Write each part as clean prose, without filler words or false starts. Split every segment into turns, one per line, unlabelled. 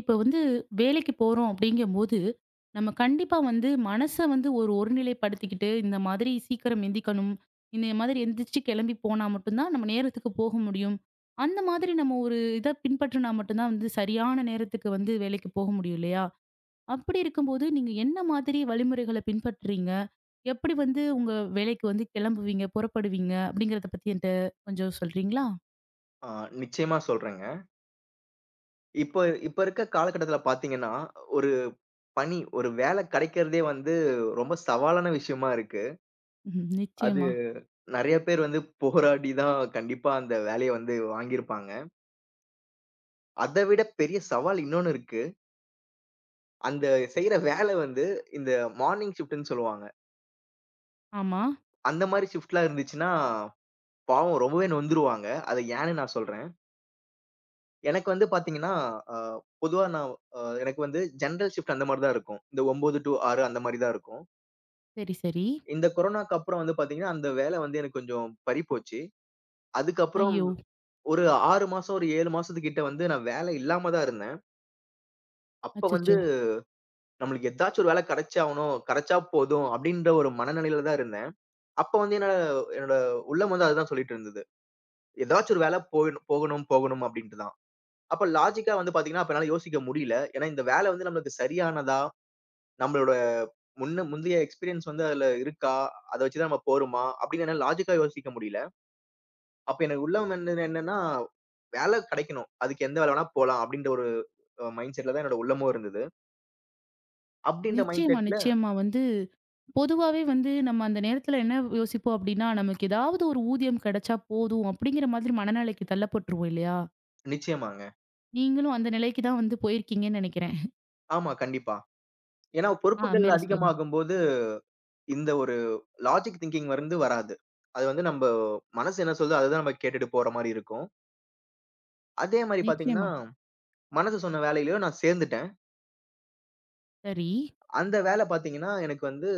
இப்ப வந்து வேலைக்கு போறோம் அப்படிங்கும்போது, நம்ம கண்டிப்பா வந்து மனச வந்து ஒருநிலைப்படுத்திக்கிட்டு, இந்த மாதிரி சீக்கிரம் எந்திக்கணும். இந்த மாதிரி எந்திரிச்சு கிளம்பி போனா மட்டும் தான் நம்ம நேரத்துக்கு போக முடியும். அந்த மாதிரி நம்ம ஒரு இத பின்பற்றினா மட்டும் தான் வந்து சரியான நேரத்துக்கு வந்து வேலைக்கு போக முடியும் இல்லையா? அப்படி இருக்கும்போது நீங்க என்ன மாதிரி வழிமுறைகள பின்பற்றுறீங்க? எப்படி வந்து உங்க வேலைக்கு வந்து கிளம்புவீங்க, புறப்படுவீங்க அப்படிங்கிறத பத்தி என்ட்ட கொஞ்சம் சொல்றீங்களா?
ஆ, நிச்சயமா சொல்றேங்க. இப்போ இப்ப இருக்க காலகட்டத்தில பார்த்தீங்கன்னா, ஒரு பணி, ஒரு வேலை கிடைக்கிறதே வந்து ரொம்ப சவாலான விஷயமா இருக்கு.
ம்
அது
நிச்சயமா.
நெறைய பேர் வந்து போராடி தான் கண்டிப்பா அந்த வேலைய வந்து வாங்கியிருப்பாங்க. அத விட பெரிய சவால் இன்னொன்னு இருக்கு. அந்த செய்ற வேலை வந்து இந்த மார்னிங் ஷிஃப்ட்ன்னு சொல்லுவாங்க.
ஆமா.
அந்த மாரி ஷிஃப்ட்லாம் இருந்துச்சுன்னா, பாவம் ரொம்பவே நொந்துருவாங்க. அது ஏன்னு நான் சொல்றேன். எனக்கு வந்து பார்த்தீங்கன்னா, அ பொதுவா நான் எனக்கு வந்து ஜெனரல் ஷிஃப்ட் அந்த மாரி தான் இருக்கும். இந்த 9 டூ 6 அந்த மாரி தான் இருக்கும்.
சரி, சரி.
இந்த கொரோனாக்கு அப்புறம் வந்து பாத்தீங்கன்னா, அந்த வேலை வந்து எனக்கு கொஞ்சம் பறிப்போச்சு. அதுக்கப்புறம்
ஐயோ!
ஒரு 6 மாசம், ஒரு 7 மாசத்துக்கிட்ட வந்து நான் வேலை இல்லாம தான் இருந்தேன். அப்ப வந்து
அச்சச்சோ!
நம்மளுக்கு ஏதாச்சும் ஒரு வேலை கிடைச்சாகணும், கிடைச்சா போதும் அப்டின்ற ஒரு மனநிலையில தான் இருந்தேன். அப்ப வந்து என்னோட என்னோட உள்ளம் வந்து அதுதான் சொல்லிட்டு இருந்தது. ஏதாச்சும் ஒரு வேலை போயிணும் போகணும், போகணும் அப்டின்ட்டு தான். அப்ப லாஜிக்கா வந்து பாத்தீங்கன்னா, அப்ப என்னால யோசிக்க முடியல. ஏன்னா இந்த வேலை வந்து நம்மளுக்கு சரியானதா? நம்மளோட முந்தைய எக்ஸ்பீரியன்ஸ் வந்து அதுல இருக்கா? அத வச்சு தான் நம்ம போறோமா? அப்டின்னு என்னால லாஜிக்கா யோசிக்க முடியல. அப்ப எனக்கு உள்ள வந்தது என்னன்னா, வேலை கிடைக்கணும். அதுக்கு எந்த வேலை வேணா போலாம் அப்டின்ற ஒரு மைண்ட் செட்ல தான் என்னோட உள்ளமும் இருந்தது. அப்டின்ற மைண்ட்
நிச்சயமா,
செட்ல
நிச்சயமா. வந்து பொதுவாவே வந்து நம்ம அந்த நேரத்துல என்ன யோசிப்போம் அப்டின்னா, நமக்கு ஏதாவது ஒரு ஊதியம் கிடைச்சா போதும் அப்படிங்கிற மாதிரி மனநிலைக்கு தள்ளப்பட்டுருவோம் இல்லையா?
நிச்சயமாங்க.
நீங்களும் அந்த நிலைக்கு தான் வந்து போயிருக்கீங்கன்னு நெனைக்கிறேன்.
ஆமா, கண்டிப்பா. ஏன்னா
ஆ
பொறுப்புகள்
மேல சொல்லுங்க.
அதிகமாகும்போது, இந்த ஒரு லாஜிக் திங்கிங் வந்து வராது. அது வந்து நம்ப மனசு என்ன சொல்லுதோ, அதுதான் நம்ம கேட்டுட்டு போற மாரி இருக்கும். அதே மாரி பாத்தீங்கன்னா,
நிச்சயமா.
மனசு சொன்ன வேலையிலயும் நான் சேர்ந்துட்டேன்.
சரி.
அந்த வேலை பாத்தீங்கன்னா, எனக்கு வந்து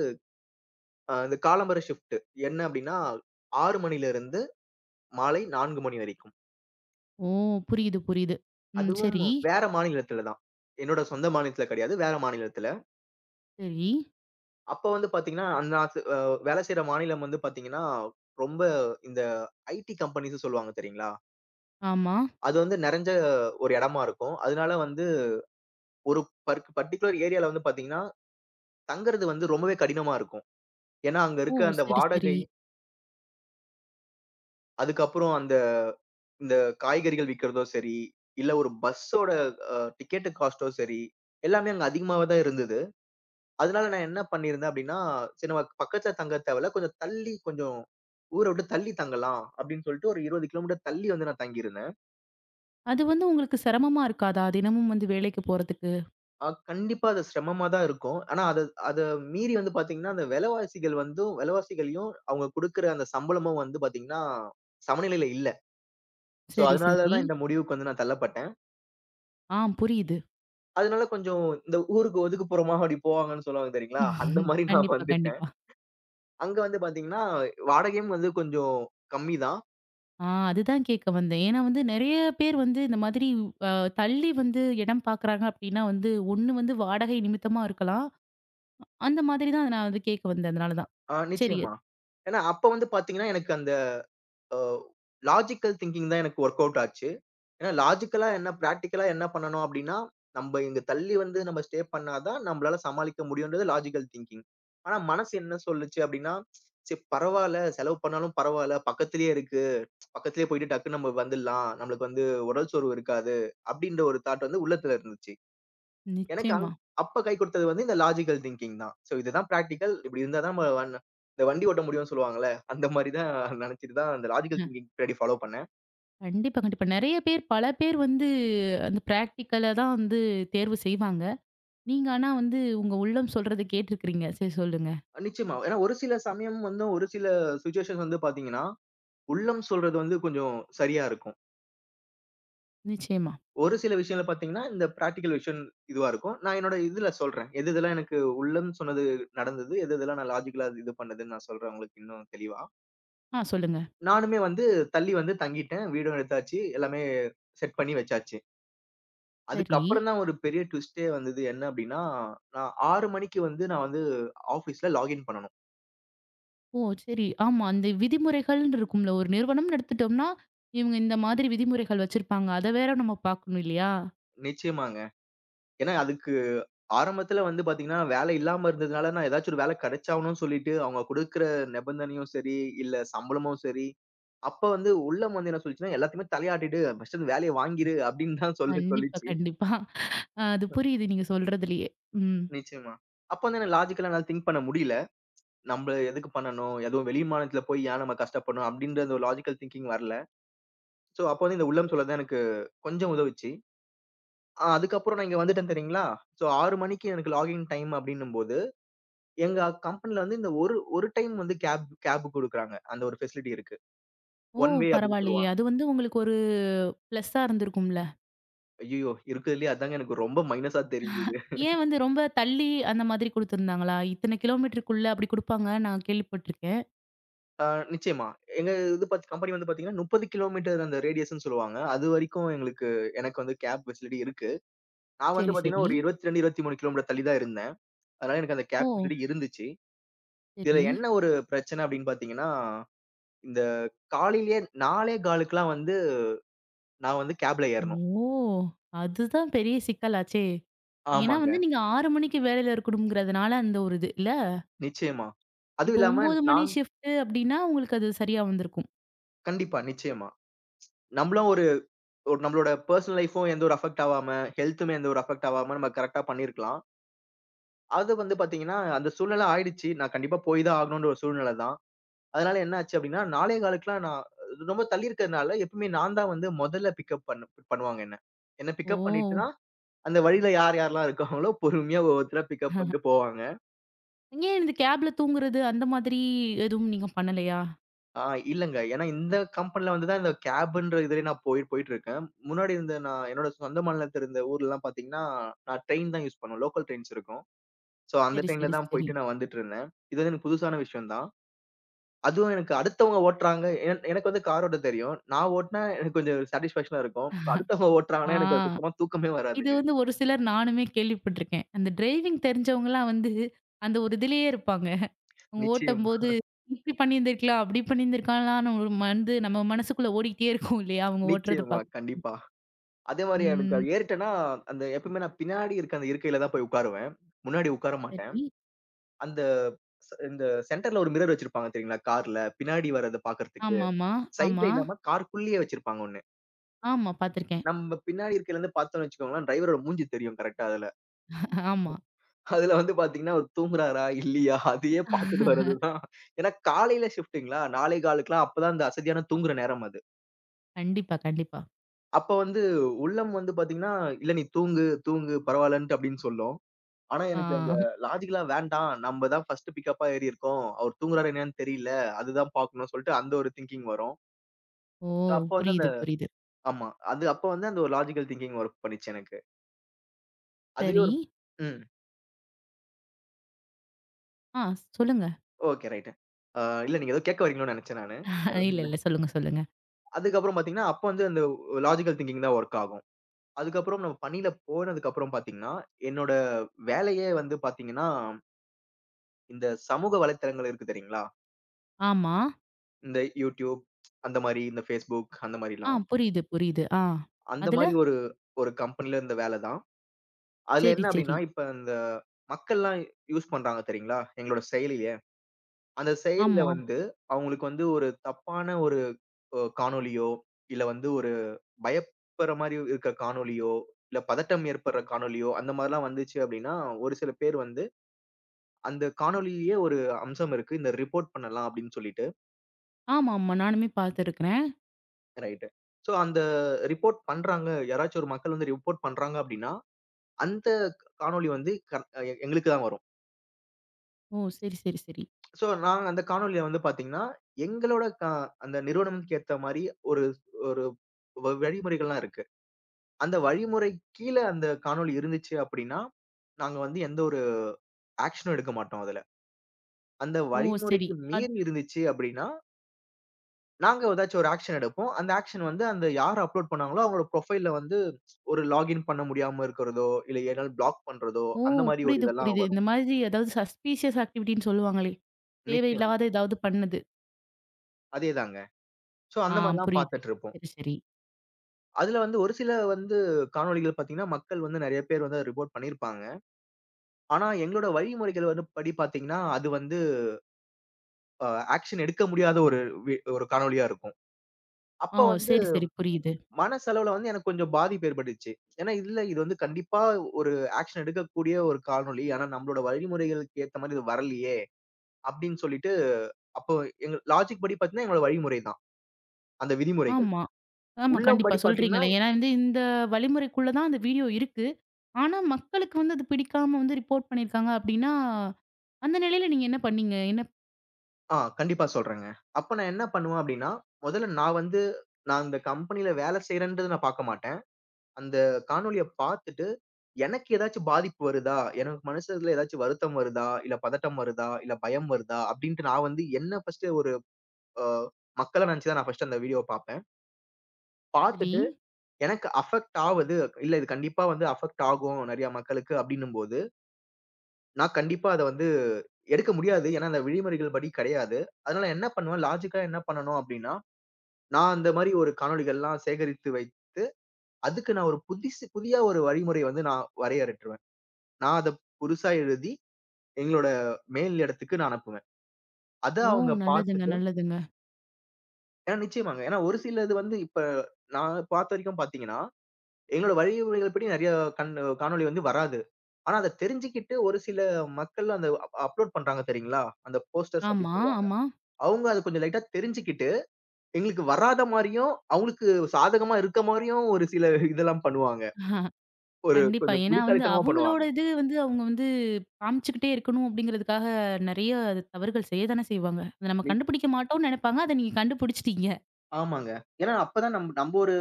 இந்த காலம்பர ஷிஃப்ட். என்ன அப்டின்னா, 6 மணில இருந்து மாலை 4 மணி வரைக்கும்.
ஓ! புரியுது, புரியுது. ம்.
அதுவும்
சரி,
வேற மாநிலத்துல தான். என்னோட சொந்த மாநிலத்துல கிடையாது. வேற மாநிலத்துல.
சரி.
அப்ப வந்து பாத்தீங்கன்னா, அந்த நான் வேலை செய்ற மாநிலம் வந்து பாத்தீங்கன்னா, ரொம்ப இந்த ஐடி கம்பெனிஸ்ன்னு சொல்லுவாங்க தெரியுங்களா?
ஆமா.
அது வந்து நெறஞ்ச ஒரு இடமா இருக்கும். அதனால வந்து ஒரு பர்ட்டிகுலர் ஏரியால வந்து பாத்தீங்கன்னா, தங்குறது வந்து ரொம்பவே கடினமா இருக்கும். ஏன்னா அங்க
ஓ!
இருக்க அந்த
சரி, சரி.
வாடகை, அதுக்கப்புறம் அந்த இந்த காய்கறிகள் விக்கிறதோ சரி, இல்ல ஒரு பஸ்ஸோட டிக்கெட் காஸ்ட்டோ சரி, எல்லாமே அங்க அதிகமாவே தான் இருந்தது. அதனால நான் என்ன பண்ணியிருந்தேன் அப்படின்னா, சரி நம்ம பக்கத்துல தங்க தேவையில்ல. கொஞ்சம் தள்ளி கொஞ்சம் ஊர விட்டு தள்ளி தங்கலாம் அப்படின்னு சொல்லிட்டு ஒரு 20 கிலோமீட்டர் தள்ளி வந்து நான் தங்கியிருந்தேன்.
அது வந்து உங்களுக்கு சிரமமா இருக்காதா? தினமும் வந்து வேலைக்கு போறதுக்கு?
கண்டிப்பா அது சிரமமா தான் இருக்கும். ஆனா அத அத மீறி வந்து பார்த்தீங்கன்னா, அந்த விலைவாசிகள் வந்தும் விலைவாசிகளையும் அவங்க குடுக்குற அந்த சம்பளமும் வந்து பார்த்தீங்கன்னா, சமநிலையில இல்ல. சோ,
சரி,
அதனால
சரி.
தான் இந்த முடிவுக்கு வந்து நான் தள்ளப்பட்டேன்.
ஆ புரியுது.
அதனால கொஞ்சம் இந்த ஊருக்கு ஒதுக்குப்புறமா அப்படி போவாங்கன்னு சொல்லுவாங்க தெரியுங்களா? அந்த மாரி நான்
கண்டிப்பா,
வந்துட்டேன்.
கண்டிப்பா.
அங்க வந்து பார்த்தீங்கன்னா, வாடகையும் வந்து கொஞ்சம் கம்மி தான்.
ஆ அதுதான் கேட்க வந்தேன். ஏன்னா வந்து நெறைய பேர் வந்து இந்த மாதிரி அ தள்ளி வந்து இடம் பார்க்குறாங்க அப்டின்னா வந்து, ஒண்ணு வந்து வாடகை நிமித்தமா இருக்கலாம். அந்த மாதிரி தான் நான் வந்து கேட்க வந்தேன். அதனால தான்.
ஆ
சரி.
நிச்சயமா. ஏன்னா அப்ப வந்து பார்த்தீங்கன்னா, எனக்கு அந்த அ லாஜிக்கல் திங்கிங் தான் எனக்கு வொர்க் அவுட் ஆச்சு. ஏன்னா லாஜிக்கலா என்ன பிராக்டிகலா என்ன பண்ணணும் அப்டின்னா, நம்ப இங்க தள்ளி வந்து நம்ம ஸ்டே பண்ணா தான் நம்மளால சமாளிக்க முடியும்ன்றது லாஜிக்கல் திங்கிங். ஆனா மனசு என்ன சொல்லுச்சு அப்டின்னா, "சரி பரவால்ல, செலவு பண்ணாலும் பரவால்ல. பக்கத்திலேயே இருக்கு. பக்கத்திலேயே போயிட்டு டக்குன்னு நம்ம வந்துடலாம். நம்மளுக்கு வந்து உடல் சோர்வு இருக்காது." அப்டின்ற ஒரு தாட் வந்து உள்ளத்துல இருந்துச்சு. எனக்கு
நிச்சயமா.
அப்ப கை கொடுத்தது வந்து இந்த லாஜிக்கல் திங்கிங் தான். சோ இதுதான் பிராக்டிகல். இப்படி இருந்தா தான் நம்ம இந்த வண்டி ஓட்ட முடியும்னு சொல்லுவாங்கல்ல. அந்த மாரி தான் நெனச்சுட்டு தான் அந்த லாஜிக்கல்
அ
திங்கிங் பின்னாடி ஃபாலோ பண்ணேன்.
கண்டிப்பா, கண்டிப்பா. நெறைய பேர் பல பேர் வந்து அந்த பிராக்டிகல தான் வந்து தேர்வு செய்வாங்க. நீங்க ஆனா வந்து உங்க உள்ளம் சொல்றத கேட்டிருக்கிறீங்க. சரி சொல்லுங்க.
நிச்சயமா. ஏன்னா ஒரு சில சமயம் வந்து ஒரு சில சிச்சுவேஷன்ஸ் வந்து பார்த்தீங்கன்னா, உள்ளம் சொல்றது வந்து கொஞ்சம் சரியா இருக்கும்.
நிச்சயமா.
ஒரு சில விஷயங்கள்ல பார்த்தீங்கன்னா, இந்த பிராக்டிகல் விஷயம் இதுவா இருக்கும். நான் என்னோட இதுல சொல்றேன். எது எதெல்லாம் எனக்கு உள்ளம் சொன்னது நடந்தது, எது எதெல்லாம் நான் லாஜிக்கலா இது பண்ணதுன்னு நான் சொல்றேன் உங்களுக்கு இன்னும் தெளிவா.
ஆ சொல்லுங்க.
நானுமே வந்து தள்ளி வந்து தங்கிட்டேன். வீடும் எடுத்தாச்சு. எல்லாமே செட் பண்ணி வச்சாச்சு.
சரி.
அதுக்கப்புறம் தான் ஒரு பெரிய ட்விஸ்ட்டே வந்தது. என்ன அப்டின்னா, நான் 6 மணிக்கு வந்து நான் வந்து ஆஃபீஸ்ல லாகின் பண்ணணும்.
ஓ! சரி. ஆமா. அந்த விதிமுறைகள்னு இருக்கும்ல. ஒரு நிறுவனம்னு எடுத்துட்டோம்னா, இவங்க இந்த மாதிரி விதிமுறைகள் வச்சிருப்பாங்க. அத வேற நம்ம பார்க்கணும் இல்லையா?
நிச்சயமாங்க. ஏன்னா, அதுக்கு ஆரம்பத்துல வந்து பாத்தீங்கன்னா, வேலை இல்லாம இருந்ததுனால நான் ஏதாச்சும் ஒரு வேலை கிடைச்சாகணும்னு சொல்லிட்டு, அவங்க குடுக்குற நிபந்தனையும் சரி, இல்ல சம்பளமும் சரி, அப்ப வந்து உள்ளம் வந்து என்ன சொல்லுச்சுன்னா, எல்லாத்தையுமே தலையாட்டிட்டு ஃபர்ஸ்ட்டு அந்த வேலைய வாங்கிரு அப்டின்னு தான் சொல்ல
கண்டிப்பா,
சொல்லிச்சு.
கண்டிப்பா. அது புரியுது நீங்க சொல்றதுலயே. ம்.
நிச்சயமா. அப்ப வந்து எனக்கு லாஜிக்கலா என்னால திங்க் பண்ண முடியல. நம்ப எதுக்கு பண்ணணும்? எதுவும் வெளி மாநிலத்துல போய் ஏன் நம்ம கஷ்டப்படணும்? அப்டின்ற அந்த ஒரு லாஜிக்கல் திங்கிங் வரல. சோ, அப்ப வந்து இந்த உள்ளம் சுளல் தான் எனக்கு கொஞ்சம் உதவுச்சு. அதுக்கப்புறம் நான் இங்க வந்துட்டேன் தெரியுங்களா? சோ 6 மணிக்கு எனக்கு லாகின் டைம் அப்டின்னும்போது, எங்க கம்பெனில வந்து இந்த ஒரு ஒரு டைம் வந்து கேப் கேப் குடுக்குறாங்க. அந்த ஒரு ஃபெசிலிட்டி இருக்கு.
ஓ!
ஒன் வே அப்டின்னு
பரவாயில்லையே.
சொல்லுவாங்க.
அது வந்து உங்களுக்கு ஒரு பிளஸ்ஸா இருந்திருக்கும்ல.
ஐய்யயோ! இருக்கிறதுலயே அதாங்க எனக்கு ரொம்ப மைனஸா தெரிஞ்சது.
ஏன் வந்து ரொம்ப தள்ளி அந்த மாதிரி குடுத்துருந்தாங்களா? இத்தன கிலோமீட்டருக்குள்ள அப்படி குடுப்பாங்க நான் கேள்விப்பட்டுருக்கேன்.
அ நிச்சயமா. எங்க இது பாத் கம்பெனி வந்து பாத்தீங்கன்னா, 30 கிலோமீட்டர் அந்த ரேடியஸ்ன்னு சொல்லுவாங்க. அதுவரைக்கும் எங்களுக்கு எனக்கு வந்து கேப் ஃபெசிலிட்டி இருக்கு. நான் வந்து
சரி,
பாத்தீங்கன்னா,
சரி.
ஒரு 22, 23 கிலோமீட்டர் தள்ளி தான் இருந்தேன். அதனால எனக்கு அந்த
ஓ!
கேப் ஃபெசிலிட்டி இருந்துச்சு. இதுல
சரி.
என்ன ஒரு பிரச்சனை அப்டின்னு பாத்தீங்கன்னா இந்த காலையிலேயே 4 1/4க்குலாம் வந்து நான் வந்து கேப்ல ஏறணும்.
ஓ! அதுதான் பெரிய சிக்கலாச்சே. ஏன்னா வந்து
ஆமாங்க.
நீங்க 6 மணிக்கு வேலையில இருக்கணும்ங்கிறதுனால அந்த ஒரு இது இல்ல?
நிச்சயமா. அதுவும்
இப்போ
இல்லாம
9 மணி
நான்
ஷிஃப்ட்டு அப்டின்னா, உங்களுக்கு அது சரியா வந்திருக்கும்.
கண்டிப்பா, நிச்சயமா. நம்மளும் ஒரு ஒரு நம்மளோட பெர்சனல் லைஃப்பும் எந்த ஒரு அஃபெக்ட் ஆவாம, ஹெல்த்துமே எந்த ஒரு அஃபெக்ட் ஆவாம நம்ம கரெக்ட்டா பண்ணியிருக்கலாம். அது வந்து பார்த்தீங்கன்னா, அந்த சூழ்நிலை ஆயிடுச்சு. நான் கண்டிப்பா போய் தான் ஆகணும்ன்ற ஒரு சூழ்நிலை தான். அதனால என்ன ஆச்சு அப்டின்னா, 4 1/4க்குலாம் நான் ரொம்ப தள்ளி இருக்கிறதுனால எப்பவுமே நான் தான் வந்து முதல்ல பிக்கப் பண்ணுவாங்க என்ன. என்ன பிக்கப்
ஓ!
பண்ணிட்டுதான் அந்த வழியில யார் யாரெல்லாம் இருக்காங்களோ பொறுமையா ஒவ்வொருத்தரா பிக்கப் பண்ணிட்டு போவாங்க.
ஏன் இந்த கேப்ல தூங்குறது அந்த மாதிரி எதுவும் நீங்க பண்ணலையா?
ஆ இல்லங்க. ஏன்னா இந்த கம்பெனில வந்து தான் இந்த கேப்ன்ற இதுலயே நான் போய் போயிட்டுருக்கேன். முன்னாடி இருந்த நான் என்னோட சொந்த மாநிலத்தில இருந்த ஊர்லலாம் பார்த்தீங்கன்னா, நான் ட்ரெயின் தான் யூஸ் பண்ணுவேன். லோக்கல் ட்ரெயின்ஸ் இருக்கும். ஸோ அந்த
சரி,
ட்ரெயின்ல
சரி,
தான்
சரி.
போயிட்டு நான் வந்துட்டுருந்தேன். இது வந்து எனக்கு புதுசான விஷயம் தான். அதுவும் எனக்கு அடுத்தவங்க ஓட்டுறாங்க. எனக்கு வந்து கார் ஓட்ட தெரியும். நான் ஓட்டுனா எனக்கு கொஞ்சம் சாட்டிஸ்ஃபேக்ஷனா இருக்கும். இப்ப அடுத்தவங்க
ஆ
ஓட்டுறாங்கன்னா எனக்கு அது சுத்தமா தூக்கமே
இது
வராதுங்க.
வந்து ஒரு சிலர் நானுமே கேள்விப்பட்டுருக்கேன். அந்த டிரைவிங் தெரிஞ்சவங்கலாம் வந்து அந்த ஒரு இதுலயே இருப்பாங்க. அவங்க
நிச்சயமா,
ஓட்டும்போது இப்டி பண்ணியிருந்திருக்கலாம், அப்டி பண்ணியிருந்திருக்கலாம்னு ஒரு வந்து நம்ம மனசுக்குள்ள ஓடிக்கிட்டே இருக்கும் இல்லையா? அவங்க ஓட்டுறத
நிச்சயமா.
பாக்க.
கண்டிப்பா. அதே மாரி எனக்கு
ம்.
அது ஏறிட்டேன்னா, அந்த எப்பவுமே நான் பின்னாடி இருக்க அந்த இருக்கையில தான் போய் உட்காருவேன். முன்னாடி உட்கார மாட்டேன்.
சரி.
அந்த இந்த சென்டர்ல ஒரு மிரர் வச்சிருப்பாங்க தெரியுங்களா? கார்ல. பின்னாடி வர்றத பார்க்கறதுக்கு.
ஆமாமா.
சைட்ல
ஆமா.
இல்லாம கார்க்குள்ளேயே வச்சிருப்பாங்க ஒண்ணு.
ஆமா. பாத்துருக்கேன்.
நம்ம பின்னாடி இருக்கையிலருந்து பார்த்தோம்னு வச்சுக்கோங்களேன், டிரைவரோட மூஞ்சி தெரியும் கரெக்ட்டா அதுல.
ஆமா.
அதுல வந்து பார்த்தீங்கன்னா, அவரு தூங்குறாரா? இல்லையா? அதையே பார்த்துட்டு வர்றது தான். ஏன்னா காலையில ஷிஃப்ட்டுங்களா, 4.15க்குலாம் அப்பதான் அந்த அசதியான தூங்குற நேரம் அது.
கண்டிப்பா, கண்டிப்பா.
அப்ப வந்து உள்ளம் வந்து பார்த்தீங்கன்னா, "இல்ல நீ தூங்கு, தூங்கு பரவாயில்லன்ட்டு" அப்படின்னு சொல்லும். ஆனா
ஆ.
எனக்கு அந்த லாஜிக்கலா வேண்டாம். நம்ம தான் ஃபர்ஸ்ட்டு பிக்கப் ஏறியிருக்கோம். அவர் தூங்குறாரா என்னன்னு தெரியல. அதுதான் பார்க்கணும்னு சொல்லிட்டு அந்த ஒரு திங்கிங் வரும்.
ஓ!
அப்ப வந்து அந்த
புரியுது, புரியுது.
ஆமா. அது அப்ப வந்து அந்த ஒரு லாஜிக்கல் திங்கிங் வொர்க் பண்ணுச்சு எனக்கு. அதுவே
சரி.
ஒரு ம்.
ஆ சொல்லுங்க.
Okay right. ஆ இல்ல நீங்க ஏதோ கேட்க வரீங்களோன்னு நெனச்சேன் நானு.
இல்ல,
பரவால்ல.
இல்ல. சொல்லுங்க, சொல்லுங்க.
அதுக்கப்புறம் பார்த்தீங்கன்னா, அப்ப வந்து அந்த லாஜிக்கல் திங்கிங் தான் வொர்க் ஆகும். அதுக்கப்புறம் நம்ம பணியில போனதுக்கப்புறம் பார்த்தீங்கன்னா, என்னோட வேலையே வந்து பார்த்தீங்கன்னா, இந்த சமூக வலைத்தளங்கள் இருக்கு தெரியுங்களா?
ஆமா.
இந்த YouTube அந்த மாரி, இந்த Facebook அந்த
ஆ
மாரிலாம்.
புரியுது, புரியுது. ஆ.
அந்த
அதுல?
மாரி ஒரு ஒரு கம்பெனில இருந்த வேல தான். அதுல என்ன
சரி,
அப்டின்னா,
சரி.
இப்ப இந்த மக்கள்லாம் யூஸ் பண்றாங்க தெரியுங்களா? எங்களோட செயலிய. அந்த செயலில
ஆமா.
வந்து அவங்களுக்கு வந்து ஒரு தப்பான ஒரு காணொளியோ, இல்ல வந்து ஒரு பயப்படுற மாரி இருக்க காணொளியோ, இல்ல பதட்டம் ஏற்படுற காணொளியோ, அந்த மாரிலாம் வந்துச்சு அப்டின்னா, ஒரு சில பேர் வந்து அந்த காணொளியிலேயே ஒரு அம்சம் இருக்கு. இந்த ரிப்போர்ட் பண்ணலாம் அப்டின்னு சொல்லிட்டு
ஆமாமா. நானுமே பார்த்துருக்கிறேன்.
ரைட். சோ அந்த ரிப்போர்ட் பண்றாங்க. யாராச்சும் ஒரு மக்கள் வந்து ரிப்போர்ட் பண்றாங்க அப்டின்னா, அந்த காணொளி வந்து கர் எ எங்களுக்கு தான் வரும்.
ஓ! சரி, சரி, சரி.
சோ நாங்க அந்த காணொளியில வந்து பாத்தீங்கன்னா, எங்களோட அந்த நிறுவனம்க்கு ஏத்த மாரி ஒரு ஒரு வழிமுறைகள்லாம் இருக்கு. அந்த வழிமுறை கீழ அந்த காணொளி இருந்துச்சு அப்படின்னா, நாங்க வந்து எந்த ஒரு ஆக்ஷனும் எடுக்க மாட்டோம் அதுல. அந்த
ஓ! சரி.
வழிமுறைக்கு
அத்
மீறி இருந்துச்சு அப்படின்னா, நாங்க ஏதாச்சும் ஒரு ஆக்ஷன் எடுப்போம். அந்த ஆக்ஷன் வந்து அந்த யார் அப்லோட் பண்ணாங்களோ அவங்களோட ப்ரொஃபைல்ல வந்து ஒரு லாகின் பண்ண முடியாம இருக்கிறதோ, இல்ல எதனால பிளாக் பண்றதோ,
ஓ!
அந்த மாரி ஒரு
புரியுது,
இதெல்லாம்
புரியுது. இந்த
வரும்.
மாதிரி ஏதாவது சஸ்பீஷியஸ் ஆக்டிவிட்டின்னு சொல்லுவாங்களே!
நிச்சயமா.
தேவையில்லாத ஏதாவது பண்ணது.
அதேதாங்க. ஸோ
ஆ
அந்த மாரிலாம்
புரியுது.
பார்த்துட்டு இருப்போம்.
சரி, சரி.
அதுல வந்து ஒரு சில வந்து காணொளிகள் பார்த்தீங்கன்னா, மக்கள் வந்து நெறைய பேர் வந்து ரிப்போர்ட் பண்ணியிருப்பாங்க. ஆனா எங்களோட வழிமுறைகள் வந்து படி பார்த்தீங்கன்னா, அது வந்து அ ஆக்ஷன் எடுக்க முடியாத ஒரு ஒரு காணொளியா இருக்கும். அப்ப
ஓ!
வந்து
சரி, சரி. புரியுது.
மனசளவுல வந்து எனக்கு கொஞ்சம் பாதிப்பு ஏற்பட்டுச்சு. ஏன்னா, இல்ல இது வந்து கண்டிப்பா ஒரு ஆக்ஷன் எடுக்கக்கூடிய ஒரு காணொளி. ஆனா, நம்மளோட வழிமுறைகளுக்கு ஏத்த மாரி இது வரலையே! அப்டின்னு சொல்லிட்டு, அப்போ எங்க லாஜிக் படி பாத்தீங்கன்னா, எங்களோட வழிமுறை தான். அந்த விதிமுறைகள்.
ஆமா. ஆமா. கண்டிப்பா
உள்ளம்படி பாத்தீங்கன்னா
சொல்றீங்களே. ஏன்னா வந்து இந்த வழிமுறைக்குள்ள தான் அந்த வீடியோ இருக்கு. ஆனா மக்களுக்கு வந்து அது பிடிக்காம வந்து ரிப்போர்ட் பண்ணியிருக்காங்க அப்டின்னா, அந்த நிலையில நீங்க என்ன பண்ணீங்க? என்ன
கண்டிப்பா சொல்றேங்க. அப்ப நான் என்ன பண்ணுவேன் அப்டின்னா, முதல்ல நான் வந்து நான் இந்த கம்பெனில வேல செய்றேன்றத நான் பாக்க மாட்டேன். அந்த காணொளிய பார்த்துட்டு, எனக்கு ஏதாச்சும் பாதிப்பு வருதா? எனக்கு மனசுல ஏதாச்சும் வருத்தம் வருதா? இல்ல பதட்டம் வருதா? இல்ல பயம் வருதா? அப்படின்ட்டு நான் வந்து என்ன ஃபர்ஸ்ட்டு ஒரு அ மக்களா நினைச்சு தான் நான் ஃபர்ஸ்ட்டு அந்த வீடியோவ பார்ப்பேன்.
சரி.
பார்த்துட்டு எனக்கு அஃபெக்ட் ஆவது, இல்ல இது கண்டிப்பா வந்து அஃபெக்ட் ஆகும் நெறைய மக்களுக்கு அப்படின்னும்போது, நான் கண்டிப்பா அத வந்து எடுக்க முடியாது. ஏன்னா, அந்த விதிமுறைகள் படி கிடையாது. அதனால என்ன பண்ணுவேன், லாஜிக்கா என்ன பண்ணணும் அப்படின்னா, நான் அந்த மாரி ஒரு காணொளிகள்லாம் சேகரித்து அதுக்கு நான் ஒரு புதிய ஒரு வழிமுறை வந்து நான் வரையறுத்துருவேன். நான் அத புதுசா எழுதி எங்களோட மேல் இடத்துக்கு நான் அனுப்புவேன். அத
ஓ!
அவங்க
நல்லதுங்க,
பார்த்துட்டு
நல்லதுங்க.
ஏன்னா நிச்சயமாங்க. ஏன்னா ஒரு சிலது வந்து இப்ப நான் பார்த்த வரைக்கும் பார்த்தீங்கன்னா, எங்களோட வழிமுறைகள் படி நெறைய கண் காணொளி வந்து வராது. ஆனா அத தெரிஞ்சுக்கிட்டு ஒரு சில மக்கள் அந்த அப்லோட் பண்றாங்க தெரியுங்களா? அந்த போஸ்டர்ஸ்
ஆமா,
அப்படின்னு சொல்லுவாங்க.
ஆமா.
அவங்க அத கொஞ்சம் லைட்டா தெரிஞ்சுக்கிட்டு, எங்களுக்கு வராத மாரியும், அவங்களுக்கு சாதகமா இருக்க மாரியும் ஒரு சில இதெல்லாம் பண்ணுவாங்க.
ஆஹா,
ஒரு
கண்டிப்பா.
கொஞ்சம்
ஏன்னா வந்து
புத்திசாலித்தனமா பண்ணுவாங்க.
அவங்களோட இது வந்து அவங்க வந்து காமிச்சுக்கிட்டே இருக்கணும் அப்டிங்கிறதுக்காக நெறைய தவறுகள் செய்ய தானே செய்வாங்க. அத நம்ம கண்டுபிடிக்க மாட்டோம்னு நெனைப்பாங்க. அத நீங்க கண்டுபிடிச்சுட்டீங்க.
ஆமாங்க. ஏன்னா அப்பதான் நம்ப ஒரு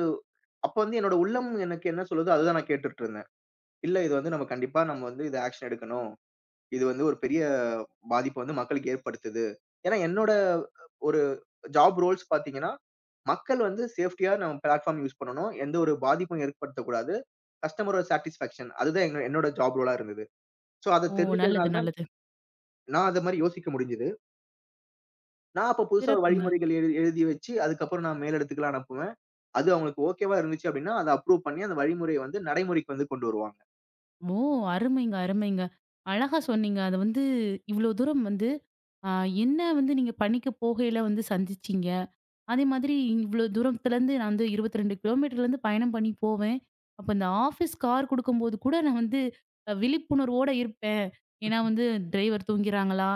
அப்ப வந்து என்னோட உள்ளம் எனக்கு என்ன சொல்லுதோ, அதுதான் நான் கேட்டுட்டுருந்தேன். இல்ல இது வந்து நம்ம கண்டிப்பா நம்ம வந்து இது ஆக்ஷன் எடுக்கணும். இது வந்து ஒரு பெரிய பாதிப்ப வந்து மக்களுக்கு ஏற்படுத்துது. ஏன்னா என்னோட ஒரு ஜாப் ரோல்ஸ் பார்த்தீங்கன்னா, மக்கள் வந்து சேஃப்டியா நம்ம பிளாட்ஃபார்ம் யூஸ் பண்ணணும். எந்த ஒரு பாதிப்பும் ஏற்படுத்தக்கூடாது. கஸ்டமரோட சேட்டிஸ்ஃபேக்ஷன் அதுதான் எங்க என்னோட ஜாப் ரோலா இருந்தது. சோ அத
ஓ! நல்லது,
தெரிஞ்சுட்டதுனால தான்
நல்லது.
நான் அது மாரி யோசிக்க முடிஞ்சது. நான் அப்ப புதுசா ஒரு
சிறப்புங்க.
வழிமுறைகள் எழுதி வச்சு, அதுக்கப்புறம் நான் மேலிடத்துக்குலாம் அனுப்புவேன். அது அவங்களுக்கு ஓகேவா இருந்துச்சு அப்படின்னா, அத அப்ரூவ் பண்ணி அந்த வழிமுறைய வந்து நடைமுறைக்கு வந்து கொண்டு வருவாங்க.
ஓ! அருமைங்க, அருமைங்க. அழகா சொன்னீங்க. அத வந்து இவ்ளோ தூரம் வந்து அ என்ன வந்து நீங்க பணிக்கு போகையில வந்து சந்திச்சீங்க. அதே மாதிரி இவ்ளோ தூரத்துலருந்து நான் வந்து 22 கிலோமீட்டர்லேருந்து பயணம் பண்ணி போவேன். அப்ப இந்த ஆஃபீஸ் கார் குடுக்கும்போது கூட நான் வந்து விழிப்புணர்வோட இருப்பேன். ஏன்னா வந்து டிரைவர் தூங்கிறாங்களா?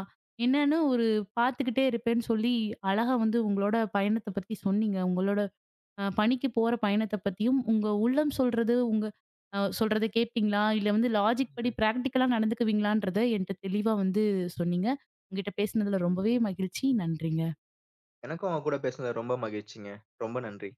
என்னன்னு ஒரு பார்த்துக்கிட்டே இருப்பேன்னு சொல்லி, அழகா வந்து உங்களோட பயணத்த பத்தி சொன்னீங்க. உங்களோட பணிக்கு போற பயணத்த பத்தியும், உங்க உள்ளம் சொல்றது, உங்க சொல்றத கேட்பீங்களா? இல்ல வந்து லாஜிக் படி
ம்.
பிராக்டிகலா நடந்துக்குவீங்களான்றத என்ட்ட தெளிவா வந்து சொன்னீங்க. உங்ககிட்ட பேசினதுல ரொம்பவே மகிழ்ச்சி. நன்றிங்க.
எனக்கும் உங்க கூட பேசுனது ரொம்ப மகிழ்ச்சிங்க. ரொம்ப நன்றி.